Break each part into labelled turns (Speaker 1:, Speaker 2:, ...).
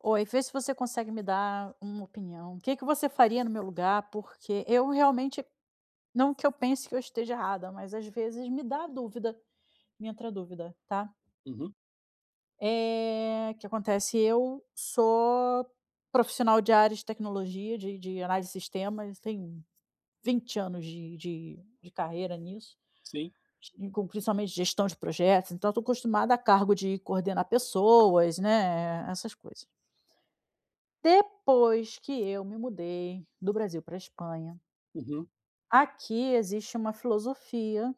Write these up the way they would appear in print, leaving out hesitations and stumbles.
Speaker 1: Oi, vê se você consegue me dar uma opinião. O que que você faria no meu lugar? Porque eu realmente, não que eu pense que eu esteja errada, mas às vezes me dá dúvida, me entra dúvida, tá?
Speaker 2: Uhum.
Speaker 1: É que acontece, eu sou profissional de área de tecnologia, de análise de sistemas, tenho 20 anos de carreira nisso,
Speaker 2: Sim.
Speaker 1: e com principalmente gestão de projetos, então estou acostumada a cargo de coordenar pessoas, né? Essas coisas. Depois que eu me mudei do Brasil para a Espanha,
Speaker 2: Uhum.
Speaker 1: aqui existe uma filosofia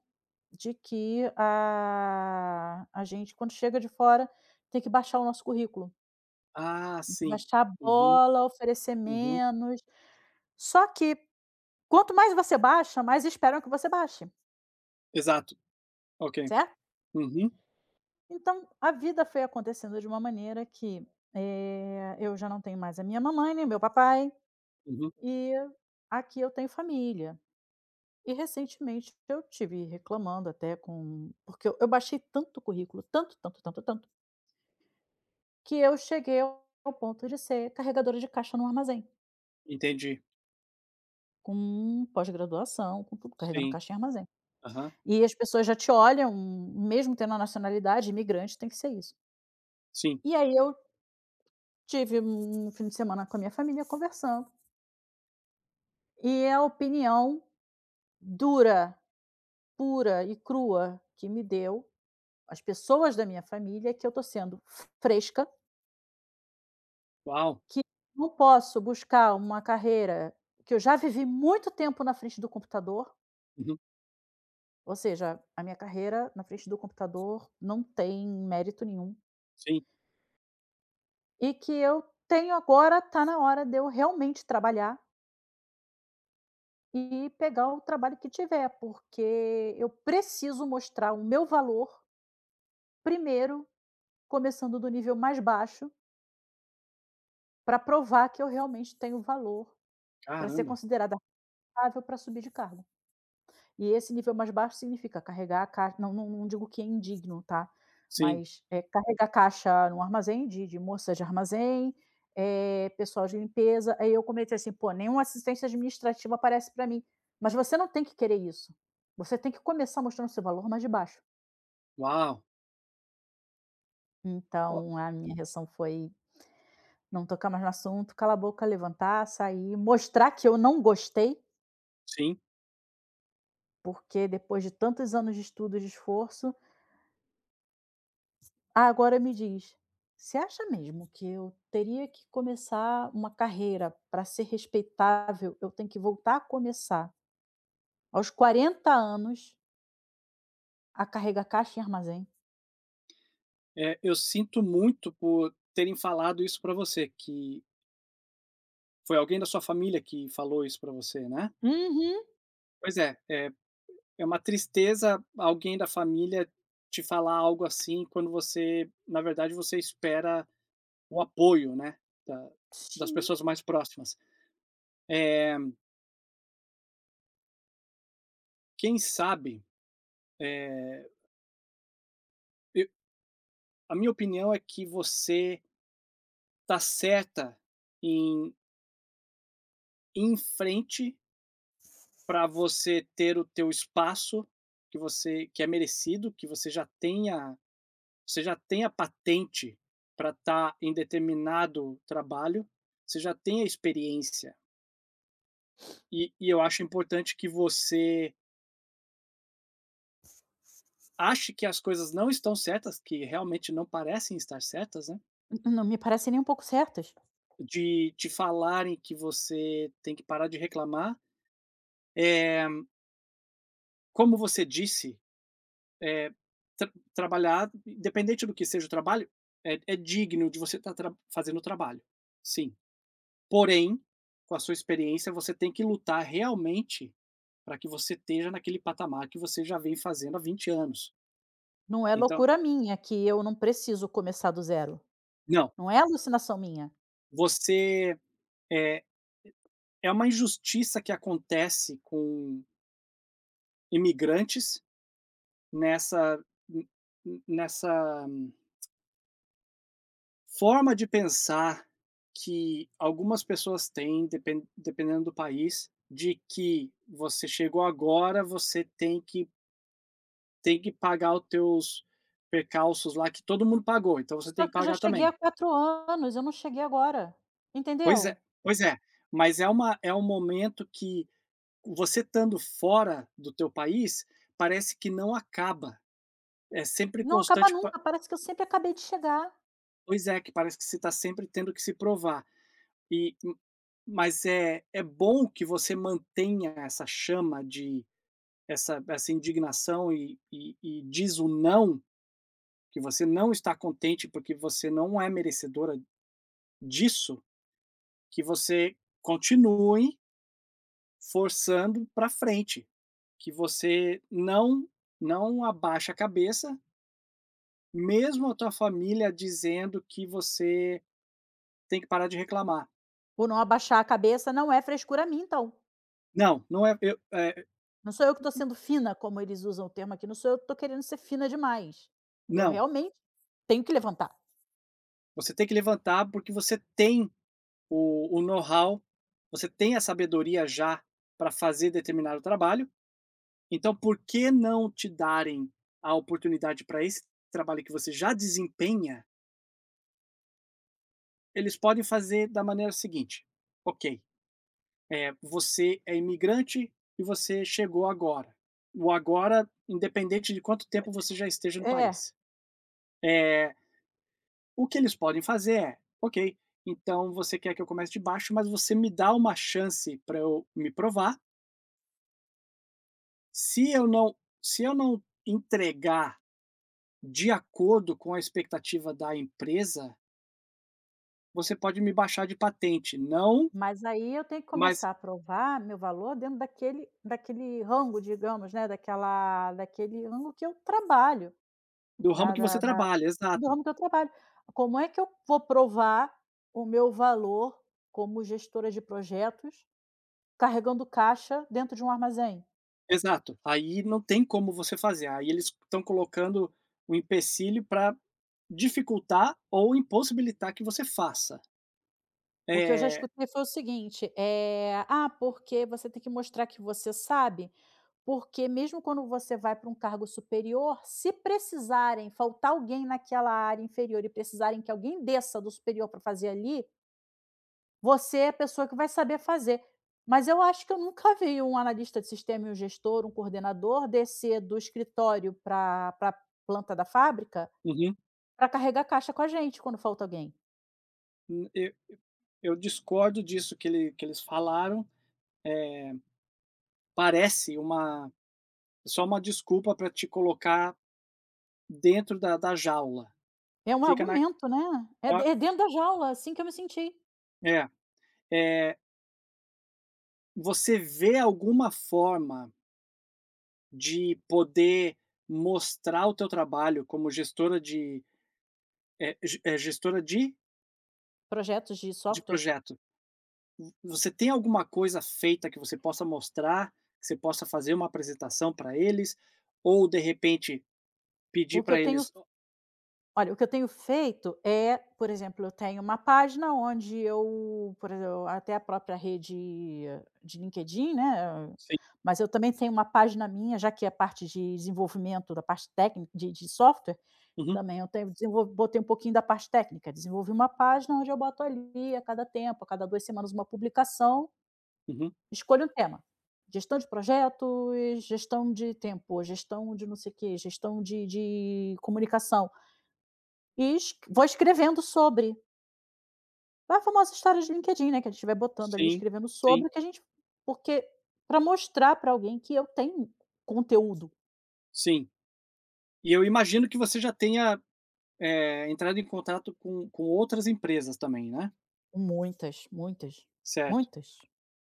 Speaker 1: de que a gente quando chega de fora tem que baixar o nosso currículo,
Speaker 2: Ah, sim.
Speaker 1: baixar a
Speaker 2: Uhum,
Speaker 1: bola, oferecer
Speaker 2: uhum.
Speaker 1: menos. Só que quanto mais você baixa, mais esperam que você baixe,
Speaker 2: Exato. Ok.
Speaker 1: certo?
Speaker 2: Uhum,
Speaker 1: Então a vida foi acontecendo de uma maneira que, eu já não tenho mais a minha mamãe, nem meu papai,
Speaker 2: uhum.
Speaker 1: e aqui eu tenho família. E recentemente eu tive reclamando até com porque eu baixei tanto currículo, tanto, tanto, tanto, tanto, que eu cheguei ao ponto de ser carregadora de caixa no armazém,
Speaker 2: Entendi.
Speaker 1: com pós-graduação, com tudo, carregando
Speaker 2: Sim.
Speaker 1: caixa em armazém.
Speaker 2: Aham.
Speaker 1: E as pessoas já te olham, mesmo tendo a nacionalidade, imigrante tem que ser isso.
Speaker 2: Sim.
Speaker 1: E aí eu tive um fim de semana com a minha família conversando, e a opinião dura, pura e crua que me deu, as pessoas da minha família, é que eu tô sendo fresca.
Speaker 2: Uau!
Speaker 1: Que não posso buscar uma carreira que eu já vivi muito tempo na frente do computador,
Speaker 2: Uhum.
Speaker 1: ou seja, a minha carreira na frente do computador não tem mérito nenhum,
Speaker 2: Sim.
Speaker 1: e que eu tenho agora está na hora de eu realmente trabalhar e pegar o trabalho que tiver, porque eu preciso mostrar o meu valor primeiro, começando do nível mais baixo, para provar que eu realmente tenho valor, para ser
Speaker 2: Caramba!
Speaker 1: considerada rentável para subir de cargo. E esse nível mais baixo significa carregar a caixa, não digo que é indigno, tá,
Speaker 2: Sim.
Speaker 1: mas, carregar a caixa num armazém de moças de armazém, pessoal de limpeza. Aí eu comentei assim: "Pô, nenhuma assistência administrativa aparece para mim". Mas você não tem que querer isso. Você tem que começar mostrando seu valor mais de baixo.
Speaker 2: Uau! Ó,
Speaker 1: Então a minha reação foi não tocar mais no assunto, cala a boca, levantar, sair, mostrar que eu não gostei,
Speaker 2: sim.
Speaker 1: porque depois de tantos anos de estudo e de esforço, ah, agora me diz, você acha mesmo que eu teria que começar uma carreira para ser respeitável, eu tenho que voltar a começar aos 40 anos a carregar caixa em armazém?
Speaker 2: Eu sinto muito por terem falado isso pra você, que foi alguém da sua família que falou isso pra você, né?
Speaker 1: Uhum.
Speaker 2: Pois é, é uma tristeza alguém da família te falar algo assim, quando você na verdade, você espera o apoio, né, da das
Speaker 1: Sim,
Speaker 2: pessoas mais próximas. Eh, Quem sabe, eh, eu a minha opinião é que você tá certa em ir em frente para você ter o teu espaço que você que é merecido, que você já tenha patente para estar em determinado trabalho, você já tenha experiência. E eu acho importante que você ache que as coisas não estão certas, que realmente não parecem estar certas, né,
Speaker 1: n- não me parecem nem um pouco certas.
Speaker 2: de te falarem que você tem que parar de reclamar. Eh, Como você disse, eh, trabalhar, independente do que seja o trabalho, é digno de você estar fazendo o trabalho, sim. Porém, com a sua experiência, você tem que lutar realmente para que você esteja naquele patamar que você já vem fazendo há 20 anos.
Speaker 1: Não é
Speaker 2: Então
Speaker 1: loucura minha que eu não preciso começar do zero.
Speaker 2: não,
Speaker 1: Não é alucinação minha.
Speaker 2: você, eh é uma injustiça que acontece com imigrantes nessa nessa forma de pensar que algumas pessoas têm, dependendo do país, de que você chegou agora, tem que pagar os teus percalços lá que todo mundo pagou, então você
Speaker 1: Só
Speaker 2: tem que
Speaker 1: que eu já
Speaker 2: pagar
Speaker 1: cheguei há
Speaker 2: também.
Speaker 1: 4 anos, eu não cheguei agora,
Speaker 2: Pois
Speaker 1: entendeu?
Speaker 2: é, pois é. Mas é, uma, é um momento que você estando fora do teu país parece que não acaba. É sempre
Speaker 1: Não acaba
Speaker 2: constante pa,
Speaker 1: nunca, parece que eu sempre acabei de chegar.
Speaker 2: pois é, que parece que você está sempre tendo que se provar. E m Mas é bom que você mantenha essa chama de essa indignação e diz o não, que você não está contente, porque você não é merecedora disso, que você continue forçando para frente, que você não não abaixa a cabeça, mesmo a tua família dizendo que você tem que parar de reclamar.
Speaker 1: Ou não abaixar a cabeça não é frescura minha então.
Speaker 2: Não, não é eu
Speaker 1: Não sou eu que estou sendo fina, como eles usam o termo aqui, não sou eu que estou querendo ser fina demais. Eu
Speaker 2: não.
Speaker 1: realmente tenho que levantar.
Speaker 2: Você tem que levantar, porque você tem o know-how, você tem a sabedoria já para fazer determinado trabalho, então por que não te darem a oportunidade para esse trabalho que você já desempenha? Eles podem fazer da maneira seguinte: "Ok, você é imigrante e você chegou agora". O agora, independente de quanto tempo você já esteja no
Speaker 1: É,
Speaker 2: país. Eh O que eles podem fazer é: "Ok, então você quer que eu comece de baixo, mas você me dá uma chance para eu me provar. Se eu não se eu não entregar de acordo com a expectativa da empresa, você pode me baixar de patente, não
Speaker 1: mas aí eu tenho que
Speaker 2: mas
Speaker 1: começar a provar meu valor dentro daquele rango, digamos, né, daquela daquele rango que eu trabalho,
Speaker 2: do ramo
Speaker 1: da
Speaker 2: que você
Speaker 1: da da
Speaker 2: trabalha",
Speaker 1: do
Speaker 2: exato,
Speaker 1: ramo que eu trabalho. Como é que eu vou provar o meu valor como gestora de projetos, carregando caixa dentro de um armazém?
Speaker 2: exato. Aí não tem como você fazer, aí eles estão colocando o empecilho para dificultar ou impossibilitar que você faça.
Speaker 1: O que eu já
Speaker 2: É,
Speaker 1: escutei foi o seguinte, é, "Ah, porque você tem que mostrar que você sabe, porque mesmo quando você vai para um cargo superior, se precisarem faltar alguém naquela área inferior e precisarem que alguém desça do superior para fazer ali, você é a pessoa que vai saber fazer". Mas eu acho que eu nunca vi um analista de sistema e um gestor, um coordenador descer do escritório para planta da fábrica
Speaker 2: uhum.
Speaker 1: para carregar a caixa com a gente quando falta alguém.
Speaker 2: Hum, eu discordo disso que, ele, que eles falaram. Parece uma só uma desculpa para te colocar dentro da, da jaula.
Speaker 1: É um
Speaker 2: Fica na.
Speaker 1: argumento, né. É de
Speaker 2: Ó,
Speaker 1: é dentro da jaula, assim que eu me senti.
Speaker 2: é, é. Você vê alguma forma de poder mostrar o teu trabalho como gestora de é, gestora
Speaker 1: Projetos de
Speaker 2: de
Speaker 1: software.
Speaker 2: projeto. Você tem alguma coisa feita que você possa mostrar, que você possa fazer uma apresentação para eles, ou de repente pedir
Speaker 1: O que eu
Speaker 2: para
Speaker 1: tenho,
Speaker 2: eles.
Speaker 1: olha, o que eu tenho feito é, por exemplo, eu tenho uma página onde eu, por exemplo, até a própria rede de LinkedIn, né,
Speaker 2: Sim.
Speaker 1: mas eu também tenho uma página minha, já que é parte de desenvolvimento da parte técnica de software.
Speaker 2: Uhum,
Speaker 1: Também eu tenho desenvol botei um pouquinho da parte técnica, desenvolvi uma página onde eu boto ali a cada tempo, a cada 2 semanas uma publicação,
Speaker 2: uhum.
Speaker 1: escolho um tema, gestão de projetos, gestão de tempo, gestão de não sei o quê, gestão de comunicação, e es vou escrevendo sobre. É a famosa história de LinkedIn, né, que a gente vai botando ali,
Speaker 2: Sim,
Speaker 1: escrevendo sobre
Speaker 2: sim,
Speaker 1: o que a gente porque para mostrar para alguém que eu tenho conteúdo.
Speaker 2: sim. E eu imagino que você já tenha, entrado em contato com outras empresas também, né?
Speaker 1: Muitas, muitas,
Speaker 2: Certo.
Speaker 1: muitas.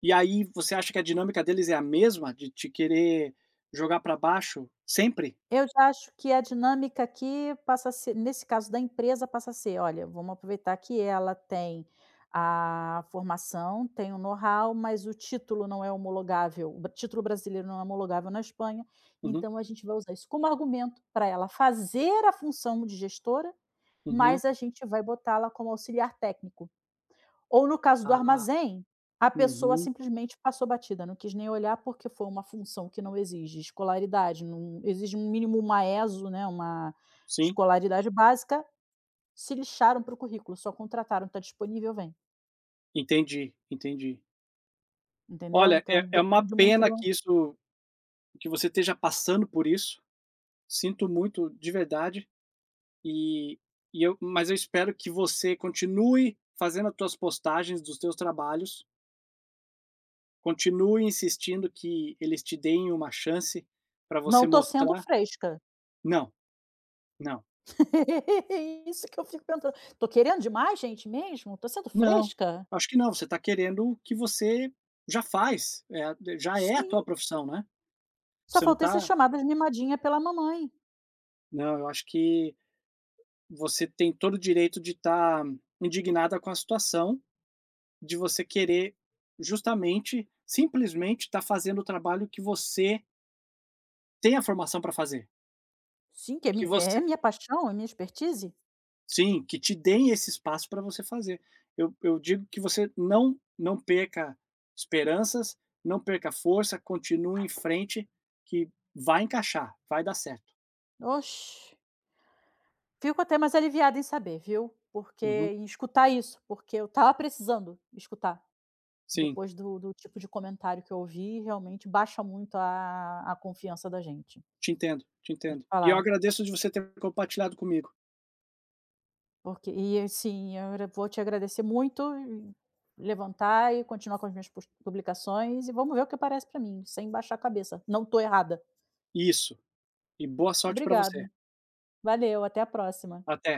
Speaker 2: E aí você acha que a dinâmica deles é a mesma de te querer jogar para baixo sempre?
Speaker 1: Eu já acho que a dinâmica aqui passa a ser nesse caso da empresa, passa a ser: "Olha, vamos aproveitar que ela tem a formação, tem o know-how, mas o título não é homologável, o bra- título brasileiro não é homologável na Espanha,
Speaker 2: Uhum,
Speaker 1: então a gente vai usar isso como argumento para ela fazer a função de gestora,
Speaker 2: uhum.
Speaker 1: mas a gente vai botá-la como auxiliar técnico". Ou no caso do
Speaker 2: Ah,
Speaker 1: armazém, a pessoa
Speaker 2: uhum.
Speaker 1: simplesmente passou batida, não quis nem olhar, porque foi uma função que não exige escolaridade, não exige um mínimo uma ESO, né, uma
Speaker 2: Sim,
Speaker 1: escolaridade básica, se lixaram para o currículo, só contrataram, está disponível, vem",
Speaker 2: entendi, entendi.
Speaker 1: entendeu?
Speaker 2: Olha,
Speaker 1: Então
Speaker 2: é uma
Speaker 1: depende muito do
Speaker 2: pena que isso que você esteja passando por isso, sinto muito de verdade. E, mas eu espero que você continue fazendo as tuas postagens dos teus trabalhos, continue insistindo que eles te deem uma chance para
Speaker 1: não
Speaker 2: você
Speaker 1: estou sendo
Speaker 2: mostrar.
Speaker 1: fresca.
Speaker 2: Não, não,
Speaker 1: Isso que eu fico pensando, estou querendo demais, gente, mesmo? Estou sendo
Speaker 2: não.
Speaker 1: fresca?
Speaker 2: Acho que não. Você está querendo o que você já faz, é, já é a
Speaker 1: Sim,
Speaker 2: tua profissão, né?
Speaker 1: só
Speaker 2: Você não
Speaker 1: faltei ser
Speaker 2: está.
Speaker 1: chamada de mimadinha pela mamãe.
Speaker 2: Não, eu acho que você tem todo o direito de estar indignada com a situação, de você querer justamente, simplesmente estar fazendo o trabalho que você tem a formação para fazer,
Speaker 1: Sim, que é
Speaker 2: que
Speaker 1: mi é
Speaker 2: você
Speaker 1: minha paixão, é minha expertise.
Speaker 2: sim, que te deem esse espaço para você fazer. Eu digo que você não não perca esperanças, não perca força, continue em frente, que vai encaixar, vai dar certo.
Speaker 1: Oxe. Fico até mais aliviada em saber, viu, porque
Speaker 2: Uhum.
Speaker 1: em escutar isso, porque eu tava precisando escutar,
Speaker 2: Sim,
Speaker 1: depois do tipo de comentário que eu ouvi, realmente baixa muito a confiança da gente.
Speaker 2: te entendo, te
Speaker 1: Vou te
Speaker 2: entendo. E eu
Speaker 1: falar,
Speaker 2: agradeço de você ter compartilhado comigo.
Speaker 1: porque e assim, eu era vou te agradecer muito, e levantar e continuar com as minhas pus publicações e vamos ver o que aparece para mim, sem baixar a cabeça, não tô errada.
Speaker 2: Isso, e boa sorte para você.
Speaker 1: Obrigada, valeu, até a próxima.
Speaker 2: Até.